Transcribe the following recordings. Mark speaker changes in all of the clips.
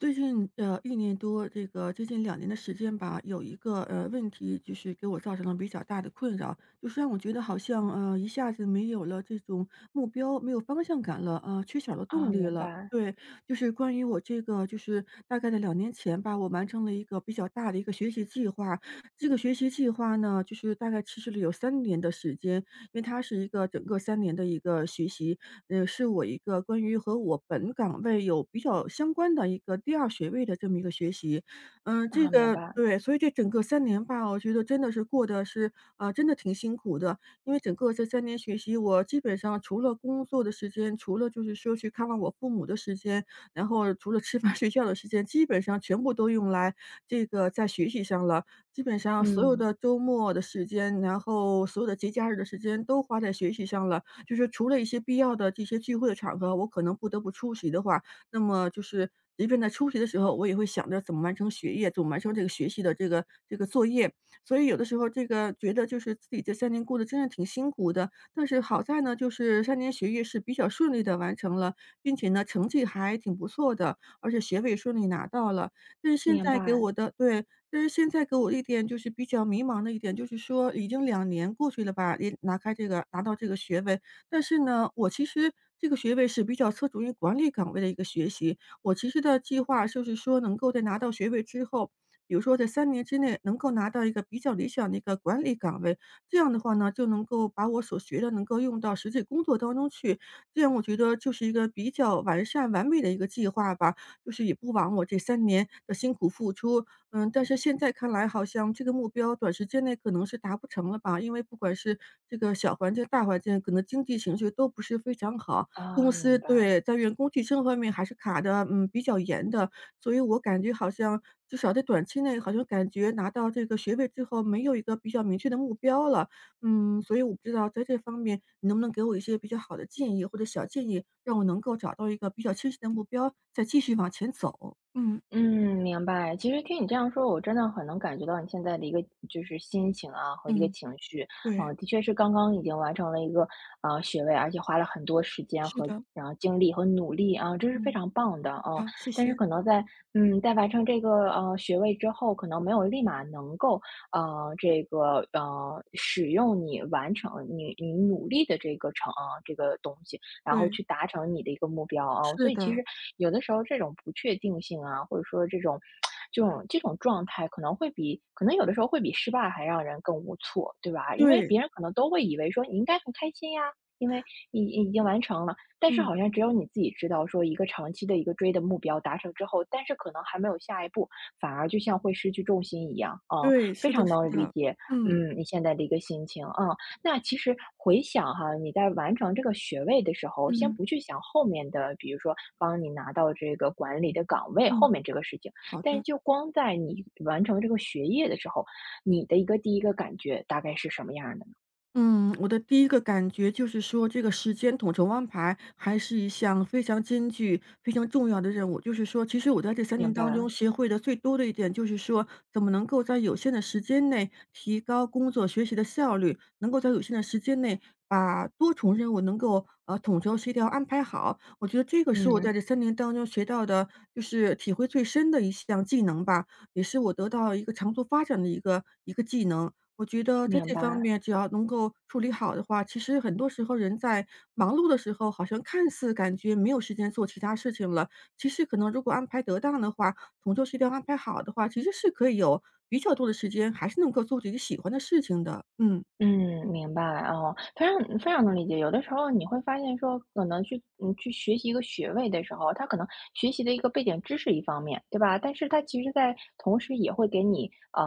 Speaker 1: 最近一年多，这个接近两年的时间吧，有一个问题，就是给我造成了比较大的困扰，就是让我觉得好像一下子没有了这种目标，没有方向感了，啊、缺少了动
Speaker 2: 啊，
Speaker 1: 力
Speaker 2: 明
Speaker 1: 了。
Speaker 2: 白。
Speaker 1: 对，就是关于我这个，就是大概在两年前吧，我完成了一个比较大的一个学习计划。这个学习计划呢，就是大概持续了有三年的时间，因为它是一个整个三年的一个学习。是我一个关于和我本岗位有比较相关的一个第二学位的这么一个学习。嗯，这
Speaker 2: 啊，明
Speaker 1: 个
Speaker 2: 白。
Speaker 1: 对，所以这整个三年吧，我觉得真的是过得是，真的挺辛苦的。因为整个这三年学习，我基本上除了工作的时间，除了就是说去看望我父母的时间，然后除了吃饭睡觉的时间，基本上全部都用来这个在学习上了。基本上所有
Speaker 2: 嗯，
Speaker 1: 的周末的时间，然后所有的节假日的时间都花在学习上了。就是除了一些必要的这些聚会的场合，我可能不得不出席的话，那么就是即便在出席的时候，我也会想着怎么完成学业，怎么完成这个学习的这个作业。所以有的时候这个觉得就是自己这三年过得真的挺辛苦的，但是好在呢，就是三年学业是比较顺利的完成了，并且呢，成绩还挺不错的，而且学位顺利拿到了。但是现
Speaker 2: 明
Speaker 1: 在给
Speaker 2: 白。
Speaker 1: 我的对，但是现在给我一点就是比较迷茫的一点，就是说已经两年过去了吧，也拿到这个学位，但是呢，我其实这个学位是比较侧重于管理岗位的一个学习。我其实的计划就是说能够在拿到学位之后，比如说在三年之内能够拿到一个比较理想的一个管理岗位，这样的话呢，就能够把我所学的能够用到实际工作当中去。这样我觉得就是一个比较完善完美的一个计划吧，就是也不枉我这三年的辛苦付出，嗯，但是现在看来好像这个目标短时间内可能是达不成了吧，因为不管是这个小环境、大环境，可能经济形势都不是非常好。公
Speaker 2: 啊，
Speaker 1: 司
Speaker 2: 明白。
Speaker 1: 对，在员工晋升方面还是卡的，嗯，比较严的，所以我感觉好像至少在短期内，好像感觉拿到这个学位之后，没有一个比较明确的目标了。嗯，所以我不知道在这方面你能不能给我一些比较好的建议或者小建议，让我能够找到一个比较清晰的目标，再继续往前走。嗯
Speaker 2: 嗯，明白。其实听你这样说，我真的很能感觉到你现在的一个就是心情啊和一个
Speaker 1: 嗯，
Speaker 2: 情绪。
Speaker 1: 对，
Speaker 2: 啊，的确是刚刚已经完成了一个学位，而且花了很多时间
Speaker 1: 是
Speaker 2: 和
Speaker 1: 的。
Speaker 2: 然后精力和努力啊，这是非
Speaker 1: 嗯，
Speaker 2: 常棒的啊。
Speaker 1: 好，谢
Speaker 2: 但是
Speaker 1: 谢。
Speaker 2: 可能在在完成这个学位之后，可能没有立马能够这个使用你完成你努力的这个这个东西。然后
Speaker 1: 对，
Speaker 2: 去达成你的一个目标啊。所
Speaker 1: 是
Speaker 2: 以其
Speaker 1: 的，
Speaker 2: 实有的时候这种不确定性啊，或者说这种状态，可能有的时候会比失败还让人更无措，对吧？因为
Speaker 1: 对，
Speaker 2: 别人可能都会以为说你应该很开心呀，因为你已经完成了，但是
Speaker 1: 嗯，
Speaker 2: 好像只有你自己知道，说一个长期的一个追的目标达成之后，但是可能还没有下一步，反而就像会失去重心一样啊。
Speaker 1: 对，
Speaker 2: 非
Speaker 1: 是的
Speaker 2: 常
Speaker 1: 是
Speaker 2: 能理
Speaker 1: 的，
Speaker 2: 解。
Speaker 1: 嗯，
Speaker 2: 嗯，你现在的一个心情啊。那其实回想哈，你在完成这个学位的时候，先不
Speaker 1: 嗯，
Speaker 2: 去想后面的，比如说帮你拿到这个管理的岗位后
Speaker 1: 嗯，
Speaker 2: 面这个事情，
Speaker 1: 好
Speaker 2: 但是
Speaker 1: 的。
Speaker 2: 就光在你完成这个学业的时候，你的一个第一个感觉大概是什么样儿的呢？
Speaker 1: 嗯，我的第一个感觉就是说，这个时间统筹安排还是一项非常艰巨、非常重要的任务。就是说，其实我在这三年
Speaker 2: 明
Speaker 1: 当
Speaker 2: 白。
Speaker 1: 中学会的最多的一点，就是说怎么能够在有限的时间内提高工作学习的效率，能够在有限的时间内把多重任务能够，统筹协调安排好。我觉得这个是我在
Speaker 2: 嗯，
Speaker 1: 这三年当中学到的，就是体会最深的一项技能吧，也是我得到一个长足发展的一个技能。我觉得在
Speaker 2: 明
Speaker 1: 这方
Speaker 2: 白。
Speaker 1: 面只要能够处理好的话，其实很多时候人在忙碌的时候，好像看似感觉没有时间做其他事情了，其实可能如果安排得当的话，从这时间安排好的话，其实是可以有比较多的时间，还是能够做自己喜欢的事情的。嗯，
Speaker 2: 嗯，明白。哦，非常非常能理解。有的时候你会发现说，可能去去学习一个学位的时候，他可能学习的一个背景知识一方面，对吧？但是他其实在同时也会给你啊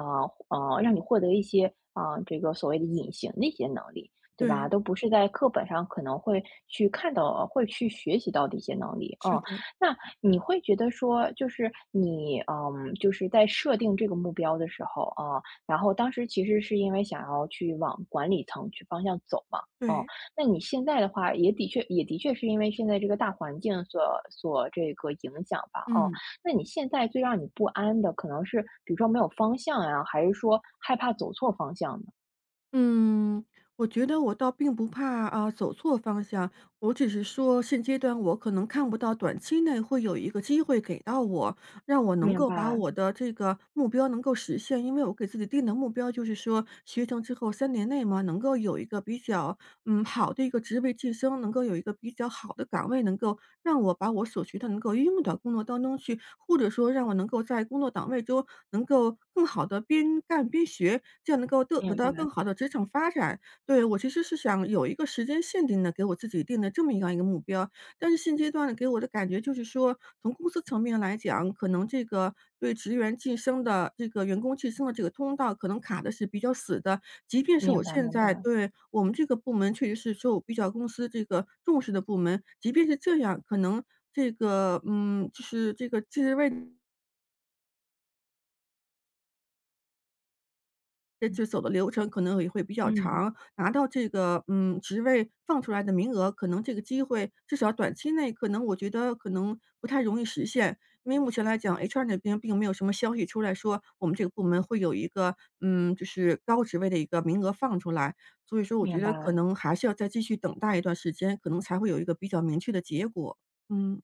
Speaker 2: 啊，让你获得一些这个所谓的隐形的一些能力，对吧？
Speaker 1: 对，
Speaker 2: 都不是在课本上可能会去看到、会去学习到的一些能力。嗯，
Speaker 1: 是的，
Speaker 2: 那你会觉得说，就是你就是在设定这个目标的时候啊。然后当时其实是因为想要去往管理层去方向走嘛。嗯，
Speaker 1: 对。
Speaker 2: 那你现在的话，也的确是因为现在这个大环境所这个影响吧。嗯，
Speaker 1: 嗯。
Speaker 2: 那你现在最让你不安的可能是，比如说没有方向呀，还是说害怕走错方向呢？
Speaker 1: 嗯，我觉得我倒并不怕啊，走错方向。我只是说现阶段我可能看不到短期内会有一个机会给到我，让我能
Speaker 2: 明
Speaker 1: 够把
Speaker 2: 白。
Speaker 1: 我的这个目标能够实现。因为我给自己定的目标就是说，学成之后三年内嘛，能够有一个比较嗯，好的一个职位晋升，能够有一个比较好的岗位，能够让我把我所学的能够应用到工作当中去，或者说让我能够在工作岗位中能够更好的边干边学，这样能够得
Speaker 2: 明
Speaker 1: 得
Speaker 2: 白。
Speaker 1: 到更好的职场发展。对，我其实是想有一个时间限定的，给我自己定的这么样一个目标，但是现阶段呢，给我的感觉就是说，从公司层面来讲，可能这个对职员晋升的这个员工晋升的这个通道可能卡的是比较死的。即便是我
Speaker 2: 明白。
Speaker 1: 现
Speaker 2: 明
Speaker 1: 在
Speaker 2: 白。
Speaker 1: 对我们这个部门确实是受比较公司这个重视的部门，即便是这样，可能这个嗯，就是这个职位这
Speaker 2: 嗯
Speaker 1: 次走的流程可能也会比较
Speaker 2: 嗯，
Speaker 1: 长，拿到这个，嗯，职位放出来的名额，可能这个机会至少短期内可能我觉得可能不太容易实现。因为目前来讲，HR 那边并没有什么消息出来说我们这个部门会有一个，嗯，就是高职位的一个名额放出来，所以说我
Speaker 2: 明
Speaker 1: 觉得可
Speaker 2: 白。
Speaker 1: 能还是要再继续等待一段时间，可能才会有一个比较明确的结果。嗯，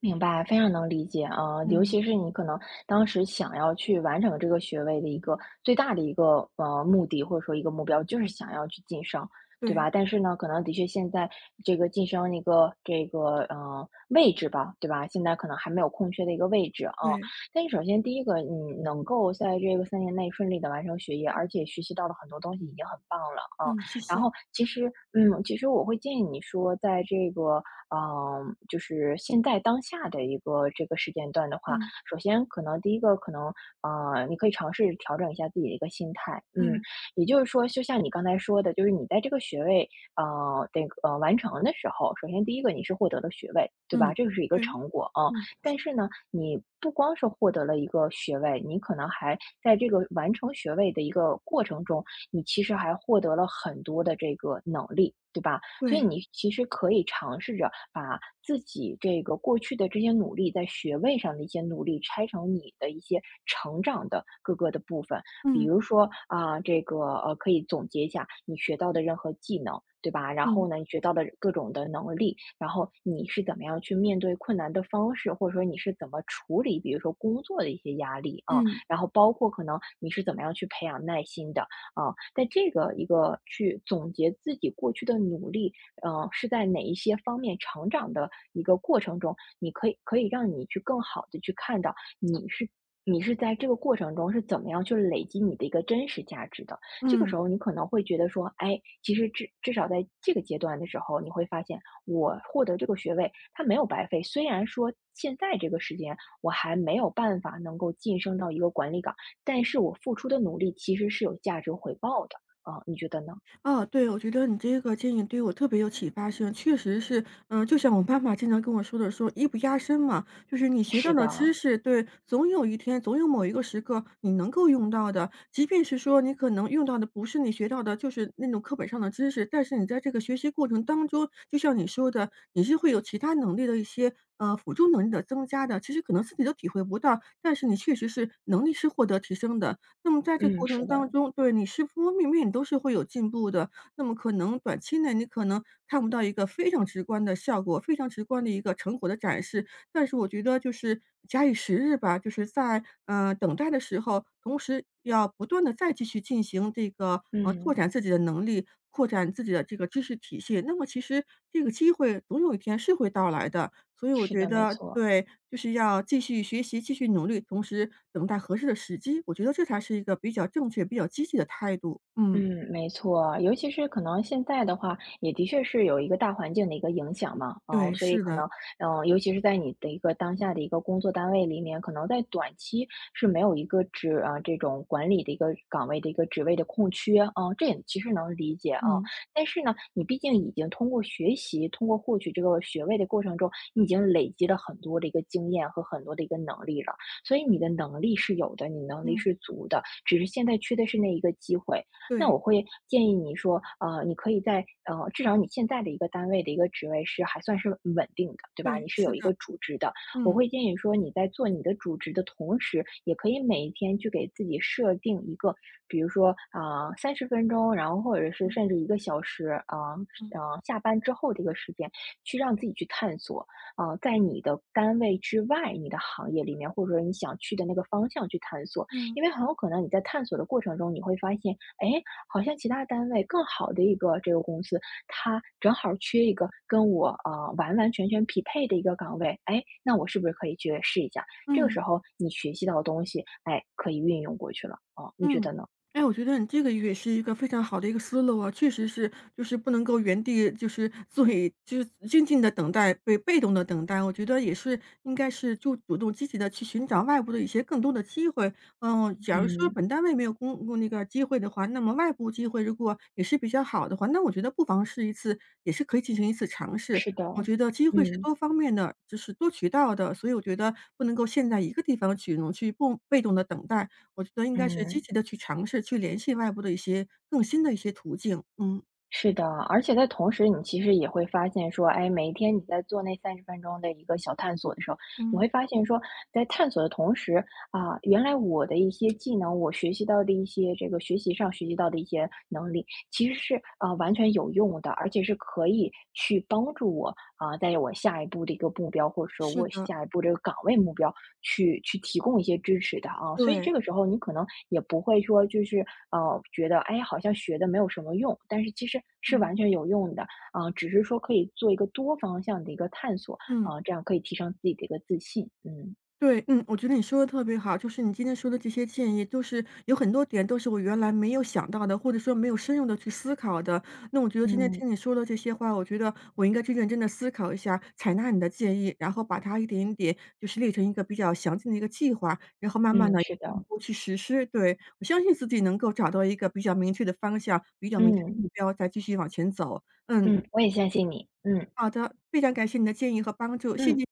Speaker 2: 明白，非常能理解啊。尤
Speaker 1: 嗯，
Speaker 2: 其是你可能当时想要去完成这个学位的一个最大的一个目的，或者说一个目标，就是想要去晋升，对
Speaker 1: 对，
Speaker 2: 吧？但是呢，可能的确现在这个晋升一个这个位置吧，对吧？现在可能还没有空缺的一个位置啊。
Speaker 1: 对，
Speaker 2: 但是首先第一个，你能够在这个3年内顺利的完成学业，而且学习到了很多东西，已经很棒了啊。
Speaker 1: 嗯，谢
Speaker 2: 然
Speaker 1: 谢，
Speaker 2: 后其实，嗯，其实我会建议你说，在这个，嗯，就是现在当下的一个这个时间段的话，
Speaker 1: 嗯，
Speaker 2: 首先可能第一个可能，你可以尝试调整一下自己的一个心态。嗯，
Speaker 1: 嗯，
Speaker 2: 也就是说，就像你刚才说的，就是你在这个学位，这个完成的时候，首先第一个你是获得了学位，对吧？
Speaker 1: 嗯，
Speaker 2: 这个是一个
Speaker 1: 对，
Speaker 2: 成果啊。
Speaker 1: 嗯，谢
Speaker 2: 但
Speaker 1: 谢
Speaker 2: 是呢，你不光是获得了一个学位，你可能还在这个完成学位的一个过程中。你其实还获得了很多的这个能力，对吧？所以
Speaker 1: 对，
Speaker 2: 你其实可以尝试着把自己这个过去的这些努力，在学位上的一些努力，拆成你的一些成长的各个的部分。比
Speaker 1: 嗯，
Speaker 2: 如说啊、这个，可以总结一下你学到的任何技能，对吧？然
Speaker 1: 嗯。
Speaker 2: 后呢，你学到的各种的能力，然后你是怎么样去面对困难的方式，或者说你是怎么处理，比如说工作的一些压力啊，
Speaker 1: 嗯
Speaker 2: 然后包括可能你是怎么样去培养耐心的。啊，在这个一个去总结自己过去的努力，是在哪一些方面成长的一个过程中，你可以让你去更好的去看到你是你是在这个过程中是怎么样去累积你的一个真实价值的。这个
Speaker 1: 嗯，
Speaker 2: 时候你可能会觉得说，哎，其实至少在这个阶段的时候，你会发现我获得这个学位它没有白费。虽然说现在这个时间我还没有办法能够晋升到一个管理岗，但是我付出的努力其实是有价值回报的。啊，你觉得呢？
Speaker 1: 哦，对，我觉得你这个建议对我特别有启发性，确实是，嗯，就像我妈妈经常跟我说的说"艺不压身"嘛，就是你学到
Speaker 2: 是
Speaker 1: 的知
Speaker 2: 的。
Speaker 1: 识，对，总有一天，总有某一个时刻你能够用到的，即便是说你可能用到的不是你学到的，就是那种课本上的知识，但是你在这个学习过程当中，就像你说的，你是会有其他能力的一些，辅助能力的增加的，其实可能自己都体会不到，但是你确实是能力是获得提升的。那么在这个
Speaker 2: 嗯，
Speaker 1: 过
Speaker 2: 是
Speaker 1: 程
Speaker 2: 的。
Speaker 1: 当中，对，你方方面面你都是会有进步的。那么可能短期内你可能看不到一个非常直观的效果，非常直观的一个成果的展示，但是我觉得就是假以时日吧，就是在，等待的时候，同时要不断的再继续进行这个，拓
Speaker 2: 嗯，
Speaker 1: 展自己的能力，扩展自己的这个知识体系，那么其实这个机会总有一天是会到来的。所以我
Speaker 2: 是
Speaker 1: 觉
Speaker 2: 的，没
Speaker 1: 得
Speaker 2: 错。
Speaker 1: 对，就是要继续学习、继续努力，同时等待合适的时机，我觉得这才是一个比较正确、比较积极的态度。嗯，
Speaker 2: 嗯，没错。尤其是可能现在的话，也的确是有一个大环境的一个影响嘛。啊，
Speaker 1: 对，
Speaker 2: 所以
Speaker 1: 是
Speaker 2: 可
Speaker 1: 的，
Speaker 2: 能，嗯，尤其是在你的一个当下的一个工作单位里面，可能在短期是没有一个这种管理的一个岗位的一个职位的空缺啊。这也其实能理解啊。
Speaker 1: 嗯，
Speaker 2: 但是呢，你毕竟已经通过学习，通过获取这个学位的过程中，你已经累积了很多的一个经验和很多的一个能力了，所以你的能力是有的，你能力
Speaker 1: 嗯，
Speaker 2: 是足的，只是现在缺的是那一个机会。那
Speaker 1: 对，
Speaker 2: 我会建议你说，你可以在至少你现在的一个单位的一个职位是还算是稳定的，对吧？
Speaker 1: 对，
Speaker 2: 你是
Speaker 1: 是
Speaker 2: 有一
Speaker 1: 的，
Speaker 2: 个主职的，我
Speaker 1: 嗯，
Speaker 2: 会建议说你在做你的主职的同时，也可以每一天去给自己设定一个，比如说啊，十分钟，然后或者是
Speaker 1: 嗯，
Speaker 2: 甚至一个小时。啊、
Speaker 1: 嗯，
Speaker 2: 下班之后这个时间，去让自己去探索。啊、在你的单位之外，你的行业里面，或者说你想去的那个方向去探索。
Speaker 1: 嗯，
Speaker 2: 因为很有可能你在探索的过程中，你会发现，哎，好像其他单位更好的一个这个公司，它正好缺一个跟我完完全全
Speaker 1: 嗯，
Speaker 2: 匹配的一个岗位，哎，那我是不是可以去试一下？这个
Speaker 1: 嗯。
Speaker 2: 时候你学习到的东西，哎，可以运用过去了啊，你觉
Speaker 1: 嗯，
Speaker 2: 得呢？
Speaker 1: 哎，我觉得你这个也是一个非常好的一个思路啊，确实是，就是不能够原地就是静静的等待，被动的等待，我觉得也是应该是就主动积极的去寻找外部的一些更多的机会。嗯，假如说
Speaker 2: 嗯，
Speaker 1: 本单位没有那个机会的话，那么外部机会如果也是比较好的话，那我觉得不妨试一次，也是可以进行一次尝试。
Speaker 2: 是的。
Speaker 1: 我觉得机会是
Speaker 2: 嗯。
Speaker 1: 多方面的，就是多渠道的，所以我觉得不能够陷在一个地方去，能去不被动的等待。我觉得应该是积
Speaker 2: 嗯。
Speaker 1: 极的去尝试，去联系外部的一些更新的一些途径，嗯。
Speaker 2: 是的，而且在同时，你其实也会发现说，哎，每一天你在做那30分钟的一个小探索的时候，你
Speaker 1: 嗯，
Speaker 2: 会发现说，在探索的同时啊，原来我的一些技能，我学习到的一些这个学习上学习到的一些能力，其实是啊完全有用的，而且是可以去帮助我啊，带在我下一步的一个目标，或者说
Speaker 1: 是
Speaker 2: 我
Speaker 1: 的。
Speaker 2: 下一步这个岗位目标去提供一些支持的啊。所以
Speaker 1: 对，
Speaker 2: 这个时候你可能也不会说就是觉得哎好像学的没有什么用，但是其实是
Speaker 1: 嗯，
Speaker 2: 完全有用的啊。只是说可以做一个多方向的一个探索
Speaker 1: 嗯。
Speaker 2: 啊，这样可以提升自己的一个自信。嗯
Speaker 1: 对，嗯，我觉得你说的特别好，就是你今天说的这些建议，都是有很多点都是我原来没有想到的，或者说没有深入的去思考的。那我觉得今天
Speaker 2: 嗯
Speaker 1: 听你说了这些话，我觉得我应该去认真的思考一下，采纳你的建议，然后把它一点一点就是列成一个比较详尽的一个计划，然后慢慢
Speaker 2: 嗯，
Speaker 1: 的
Speaker 2: 是的。
Speaker 1: 步去实施。对，我相信自己能够找到一个比较明确的方向，比较明确的
Speaker 2: 嗯
Speaker 1: 目标，再继续往前走。嗯，
Speaker 2: 嗯，我也相信你。嗯
Speaker 1: 好的，非常感谢你的建议和帮助，谢
Speaker 2: 嗯，
Speaker 1: 谢。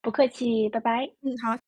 Speaker 2: 不客气，拜拜。
Speaker 1: 嗯，好。